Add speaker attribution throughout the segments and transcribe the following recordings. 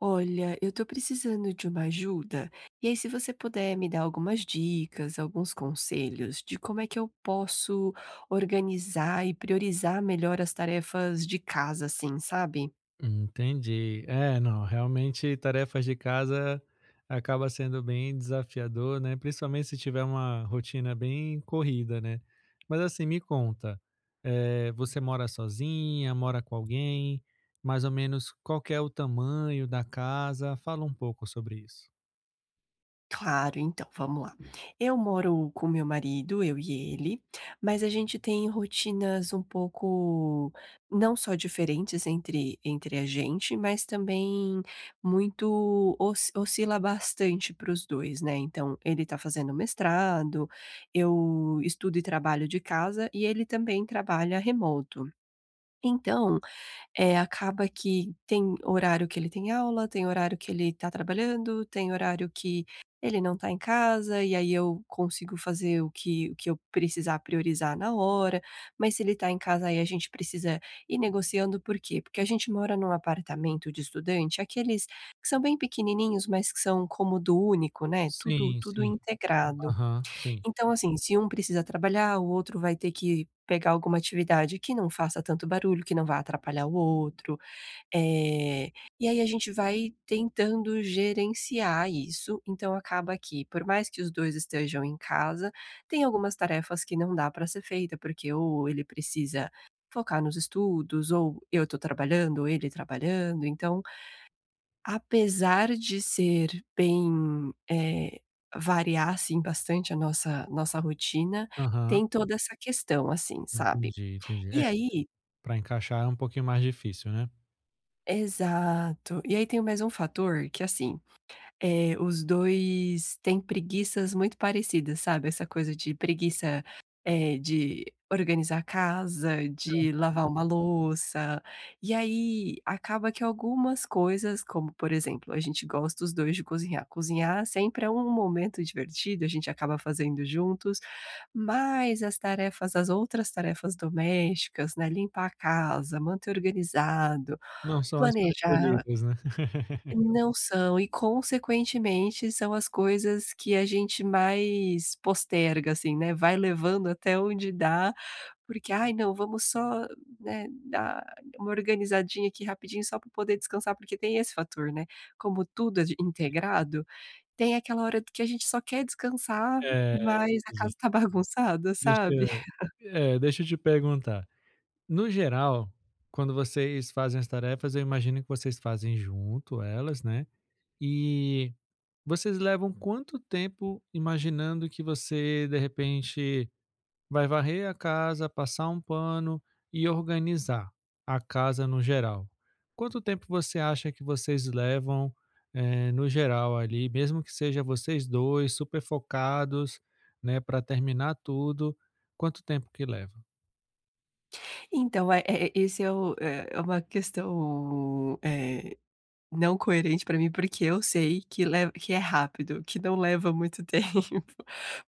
Speaker 1: Olha, eu tô precisando de uma ajuda. E aí, se você puder me dar algumas dicas, alguns conselhos de como é que eu posso organizar e priorizar melhor as tarefas de casa, assim, sabe?
Speaker 2: Entendi. É, não, realmente tarefas de casa acaba sendo bem desafiador, né? Principalmente se tiver uma rotina bem corrida, né? Mas assim, me conta, você mora sozinha, mora com alguém? Mais ou menos qual que é o tamanho da casa? Fala um pouco sobre isso.
Speaker 1: Claro, então, vamos lá. Eu moro com meu marido, eu e ele, mas a gente tem rotinas um pouco não só diferentes entre a gente, mas também muito os oscila bastante para os 2, né. Então, ele está fazendo mestrado, eu estudo e trabalho de casa e ele também trabalha remoto. Então acaba que tem horário que ele tem aula, tem horário que ele tá trabalhando, tem horário que ele não tá em casa, e aí eu consigo fazer o que eu precisar priorizar na hora, mas se ele tá em casa, aí a gente precisa ir negociando, por quê? Porque a gente mora num apartamento de estudante, aqueles que são bem pequenininhos, mas que são cômodo único, né, tudo
Speaker 2: Sim,
Speaker 1: tudo
Speaker 2: sim.
Speaker 1: integrado.
Speaker 2: Aham, sim.
Speaker 1: Então, assim, se um precisa trabalhar, o outro vai ter que pegar alguma atividade que não faça tanto barulho, que não vá atrapalhar o outro, eh, e aí a gente vai tentando gerenciar isso. Então acaba que, por mais que os 2 estejam em casa, tem algumas tarefas que não dá para ser feita, porque ou ele precisa focar nos estudos, ou eu estou trabalhando, ou ele trabalhando, então apesar de ser bem, variar, assim, bastante a nossa rotina,
Speaker 2: Aham.
Speaker 1: tem toda essa questão, assim, sabe.
Speaker 2: Entendi, entendi. É,
Speaker 1: E aí
Speaker 2: pra encaixar é um pouquinho mais difícil, né?
Speaker 1: exato. E aí tem mais um fator que, assim, os 2 têm preguiças muito parecidas, sabe, essa coisa de preguiça, de organizar a casa, de lavar uma louça, e aí acaba que algumas coisas, como por exemplo, a gente gosta os 2 de cozinhar. Cozinhar sempre é um momento divertido, a gente acaba fazendo juntos, mas as outras tarefas domésticas, né, limpar a casa, manter organizado,
Speaker 2: Não são as
Speaker 1: planejar
Speaker 2: preferidas, né?
Speaker 1: não são, e consequentemente são as coisas que a gente mais posterga, assim, né, vai levando até onde dá, porque: "Ai não, vamos só, né, dar uma organizadinha aqui rapidinho só para poder descansar", porque tem esse fator, né, como tudo é de integrado, tem aquela hora d que a gente só quer descansar,
Speaker 2: É,
Speaker 1: mas a
Speaker 2: entendi.
Speaker 1: casa tá bagunçada,
Speaker 2: Deixa
Speaker 1: sabe.
Speaker 2: É, deixa eu te perguntar. No geral, quando vocês fazem as tarefas, eu imagino que vocês fazem junto elas, né? E vocês levam quanto tempo imaginando que você, de repente, vai varrer a casa, passar um pano e organizar a casa no geral? Quanto tempo você acha que vocês levam, no geral ali, mesmo que seja vocês dois super focados, né, para terminar tudo, quanto tempo que leva?
Speaker 1: Então é é esse é o é é uma questão, não coerente pra mim, porque eu sei que leva que é rápido, que não leva muito tempo.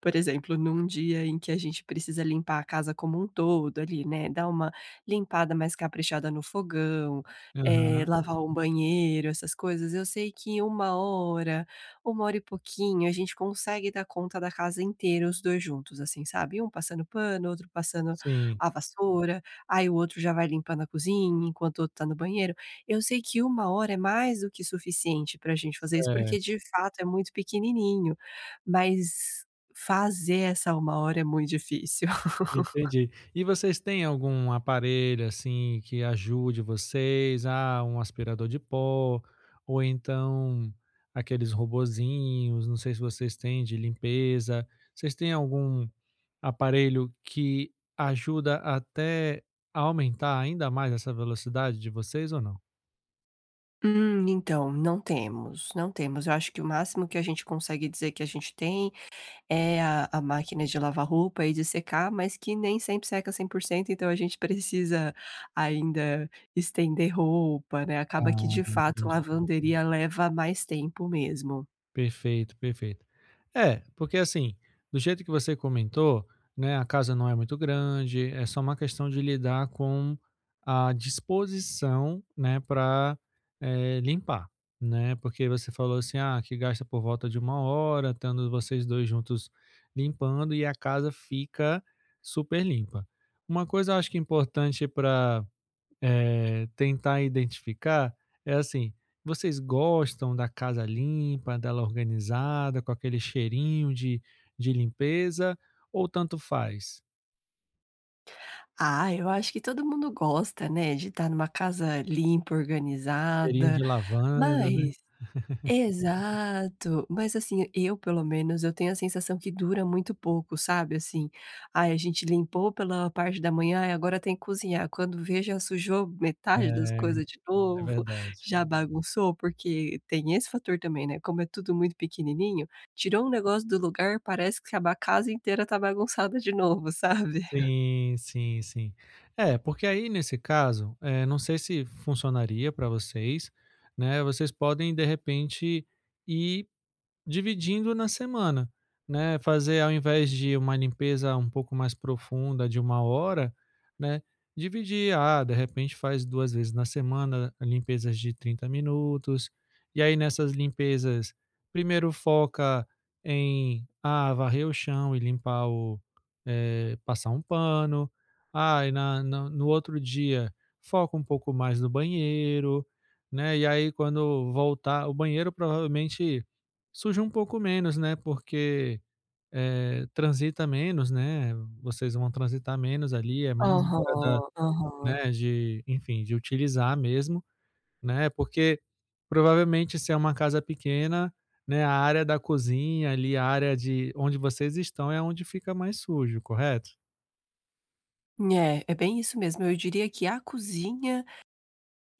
Speaker 1: Por exemplo, num dia em que a gente precisa limpar a casa como um todo ali, né, dar uma limpada mais caprichada no fogão,
Speaker 2: Aham.
Speaker 1: lavar um banheiro, essas coisas, eu sei que em uma hora, 1 hora e pouquinho, a gente consegue dar conta da casa inteira os 2 juntos, assim, sabe, um passando pano, outro passando
Speaker 2: Sim,
Speaker 1: a vassoura, aí o outro já vai limpando a cozinha enquanto o outro tá no banheiro. Eu sei que uma hora é mais do que suficiente pra gente fazer isso, porque
Speaker 2: certo,
Speaker 1: de fato é muito pequenininho, mas fazer essa uma hora é muito difícil.
Speaker 2: entendi. E vocês têm algum aparelho, assim, que ajude vocês? Ah, um aspirador de pó, ou então aqueles robozinhos, não sei se vocês têm de limpeza. Vocês têm algum aparelho que ajuda até a aumentar ainda mais essa velocidade de vocês ou não?
Speaker 1: Então, não temos, não temos. Eu acho que o máximo que a gente consegue dizer que a gente tem é a máquina de lavar roupa e de secar, mas que nem sempre seca 100%, então a gente precisa ainda estender roupa, né, acaba que
Speaker 2: Ah,
Speaker 1: de fato
Speaker 2: entendi.
Speaker 1: lavanderia leva mais tempo mesmo.
Speaker 2: Perfeito, perfeito. É, porque assim, do jeito que você comentou, né, a casa não é muito grande, é só uma questão de lidar com a disposição, né, para limpar, né? Porque você falou assim, ah, que gasta por volta de 1 hora, estando vocês dois juntos limpando e a casa fica super limpa. Uma coisa eu acho que é importante para tentar identificar é assim: vocês gostam da casa limpa, dela organizada, com aquele cheirinho de limpeza ou tanto faz?
Speaker 1: Ah, eu acho que todo mundo gosta, né, de estar numa casa limpa,
Speaker 2: Cheirinho
Speaker 1: organizada,
Speaker 2: de lavanda, né?
Speaker 1: mas exato, mas assim, eu pelo menos, eu tenho a sensação que dura muito pouco, sabe, assim, ai a gente limpou pela parte da manhã e agora tem que cozinhar, quando vê já sujou metade das
Speaker 2: É,
Speaker 1: coisas de
Speaker 2: é
Speaker 1: novo,
Speaker 2: verdade.
Speaker 1: já bagunçou, porque tem esse fator também, né, como é tudo muito pequenininho, tirou um negócio do lugar, parece que a ba casa inteira tá bagunçada de novo, sabe.
Speaker 2: Sim, sim, sim. É, porque aí nesse caso, não sei se funcionaria para vocês, né, vocês podem de repente ir dividindo na semana, né, fazer ao invés de uma limpeza um pouco mais profunda de 1 hora, né, dividir, ah, de repente faz 2 vezes na semana, limpezas de 30 minutos, e aí nessas limpezas, primeiro foca em, ah, varrer o chão e passar um pano, ah, e na na no outro dia foca um pouco mais no banheiro, né, e aí quando voltar o banheiro provavelmente suja um pouco menos, né, porque, transita menos, né, vocês vão transitar menos ali, é mais na hora da
Speaker 1: Aham, aham.
Speaker 2: né, de, enfim, de utilizar mesmo, né, porque provavelmente se é uma casa pequena, né, a área da cozinha ali, a área de onde vocês estão é onde fica mais sujo, correto?
Speaker 1: É, é bem isso mesmo. Eu diria que a cozinha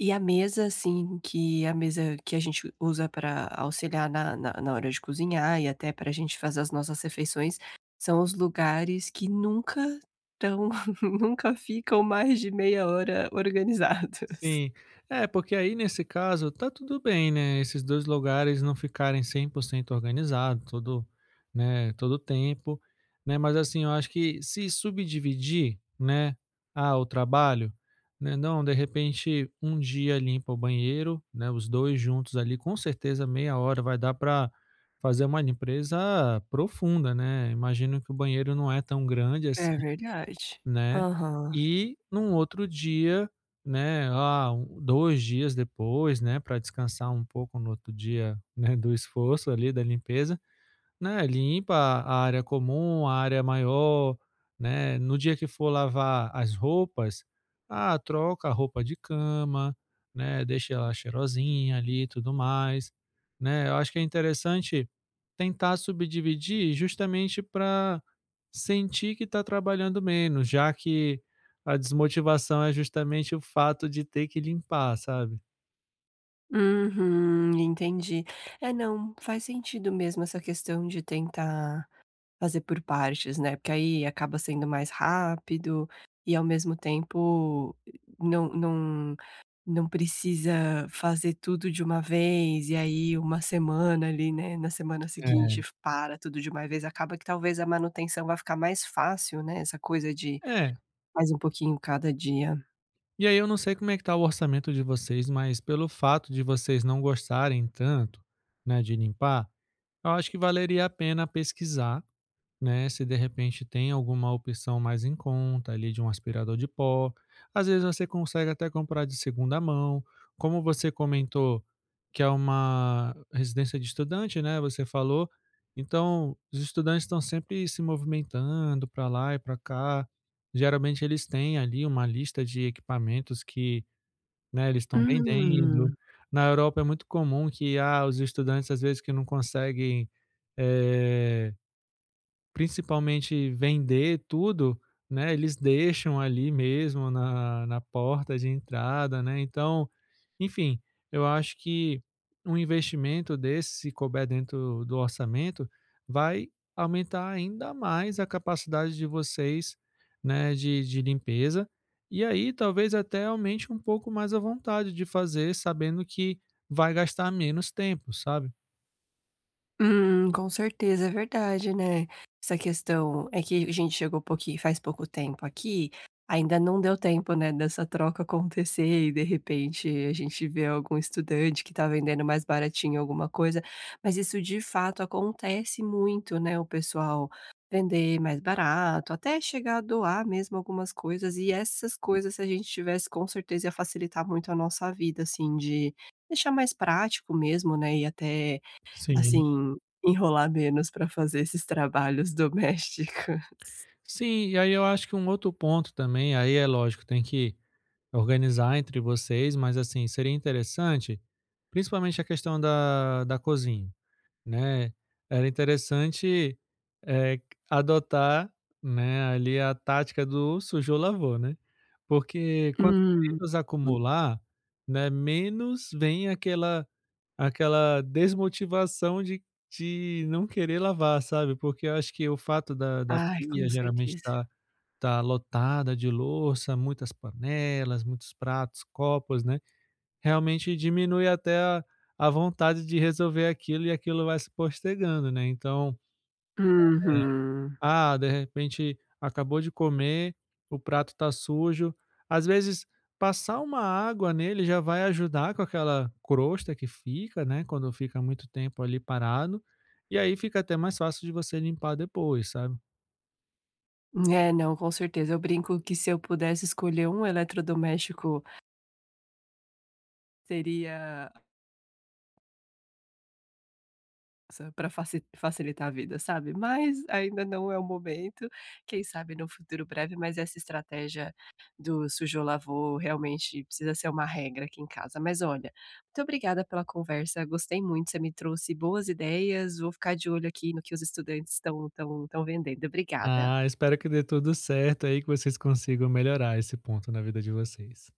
Speaker 1: e a mesa, assim, que a mesa que a gente usa para auxiliar na hora de cozinhar e até para a gente fazer as nossas refeições, são os lugares que nunca tão nunca ficam mais de meia hora organizados.
Speaker 2: Sim. É, porque aí nesse caso tá tudo bem, né, esses 2 lugares não ficarem 100% organizado todo, né, todo o tempo, né, mas assim, eu acho que se subdividir, né, ah, o trabalho, né, não, de repente um dia limpa o banheiro, né, os 2 juntos ali, com certeza meia hora vai dar para fazer uma limpeza profunda, né, imagino que o banheiro não é tão grande assim
Speaker 1: É verdade.
Speaker 2: né,
Speaker 1: Aham.
Speaker 2: e num outro dia, né, 2 dias depois, né, para descansar um pouco no outro dia, né, do esforço ali da limpeza, né, limpa a área comum, a área maior, né, no dia que for lavar as roupas, ah, troca a roupa de cama, né, deixa ela cheirosinha ali e tudo mais, né. Eu acho que é interessante tentar subdividir justamente para sentir que está trabalhando menos, já que a desmotivação é justamente o fato de ter que limpar, sabe.
Speaker 1: Uhum, entendi. É, não, faz sentido mesmo essa questão de tentar fazer por partes, né, porque aí acaba sendo mais rápido e ao mesmo tempo não não não precisa fazer tudo de uma vez, e aí uma semana ali, né, na semana
Speaker 2: É.
Speaker 1: seguinte para tudo de uma vez, acaba que talvez a manutenção vai ficar mais fácil, né, essa coisa de
Speaker 2: É.
Speaker 1: mais um pouquinho cada dia.
Speaker 2: E aí eu não sei como é que tá o orçamento de vocês, mas pelo fato de vocês não gostarem tanto, né, de limpar, eu acho que valeria a pena pesquisar né, se de repente tem alguma opção mais em conta ali de um aspirador de pó. Às vezes você consegue até comprar de segunda mão. Como você comentou que é uma residência de estudante, né, você falou, então os estudantes estão sempre se movimentando para lá e para cá. Geralmente eles têm ali uma lista de equipamentos que, né, eles estão vendendo.
Speaker 1: Hum.
Speaker 2: Na Europa é muito comum que ah, os estudantes às vezes que não conseguem, eh, principalmente vender tudo, né, eles deixam ali mesmo na porta de entrada, né, então, enfim, eu acho que um investimento desse, se couber dentro do orçamento, vai aumentar ainda mais a capacidade de vocês, né, de limpeza, e aí talvez até aumente um pouco mais a vontade de fazer, sabendo que vai gastar menos tempo, sabe?
Speaker 1: Com certeza, é verdade, né. Essa questão é que a gente chegou pouqui faz pouco tempo aqui, ainda não deu tempo, né, dessa troca acontecer e de repente a gente vê algum estudante que tá vendendo mais baratinho alguma coisa, mas isso de fato acontece muito, né, o pessoal vender mais barato, até chegar a doar mesmo algumas coisas e essas coisas se a gente tivesse com certeza ia facilitar muito a nossa vida, assim, de deixar mais prático mesmo, né, e até
Speaker 2: Sim.
Speaker 1: assim, enrolar menos para fazer esses trabalhos domésticos.
Speaker 2: Sim, e aí eu acho que um outro ponto também, aí é lógico, tem que organizar entre vocês, mas assim, seria interessante, principalmente a questão da cozinha, né? Era interessante eh, adotar, né, ali a tática do sujou, lavou, né? Porque quanto
Speaker 1: Hum.
Speaker 2: menos acumular, né, menos vem aquela desmotivação de não querer lavar, sabe? Porque eu acho que o fato da
Speaker 1: Ai, com
Speaker 2: pia geralmente
Speaker 1: certeza.
Speaker 2: estar tá lotada de louça, muitas panelas, muitos pratos, copos, né, realmente diminui até a vontade de resolver aquilo e aquilo vai se postergando, né. Então,
Speaker 1: Uhum.
Speaker 2: ah, de repente acabou de comer, o prato tá sujo, às vezes passar uma água nele já vai ajudar com aquela crosta que fica, né, quando fica muito tempo ali parado, e aí fica até mais fácil de você limpar depois, sabe.
Speaker 1: É, não, com certeza. Eu brinco que se eu pudesse escolher um eletrodoméstico, seria para facilitar a vida, sabe. Mas ainda não é o momento, quem sabe no futuro breve, mas essa estratégia do sujou, lavou realmente precisa ser uma regra aqui em casa. Mas olha, muito obrigada pela conversa, gostei muito, você me trouxe boas ideias, vou ficar de olho aqui no que os estudantes estão vendendo.
Speaker 2: Ah,
Speaker 1: Obrigada.
Speaker 2: espero que dê tudo certo aí, que vocês consigam melhorar esse ponto na vida de vocês.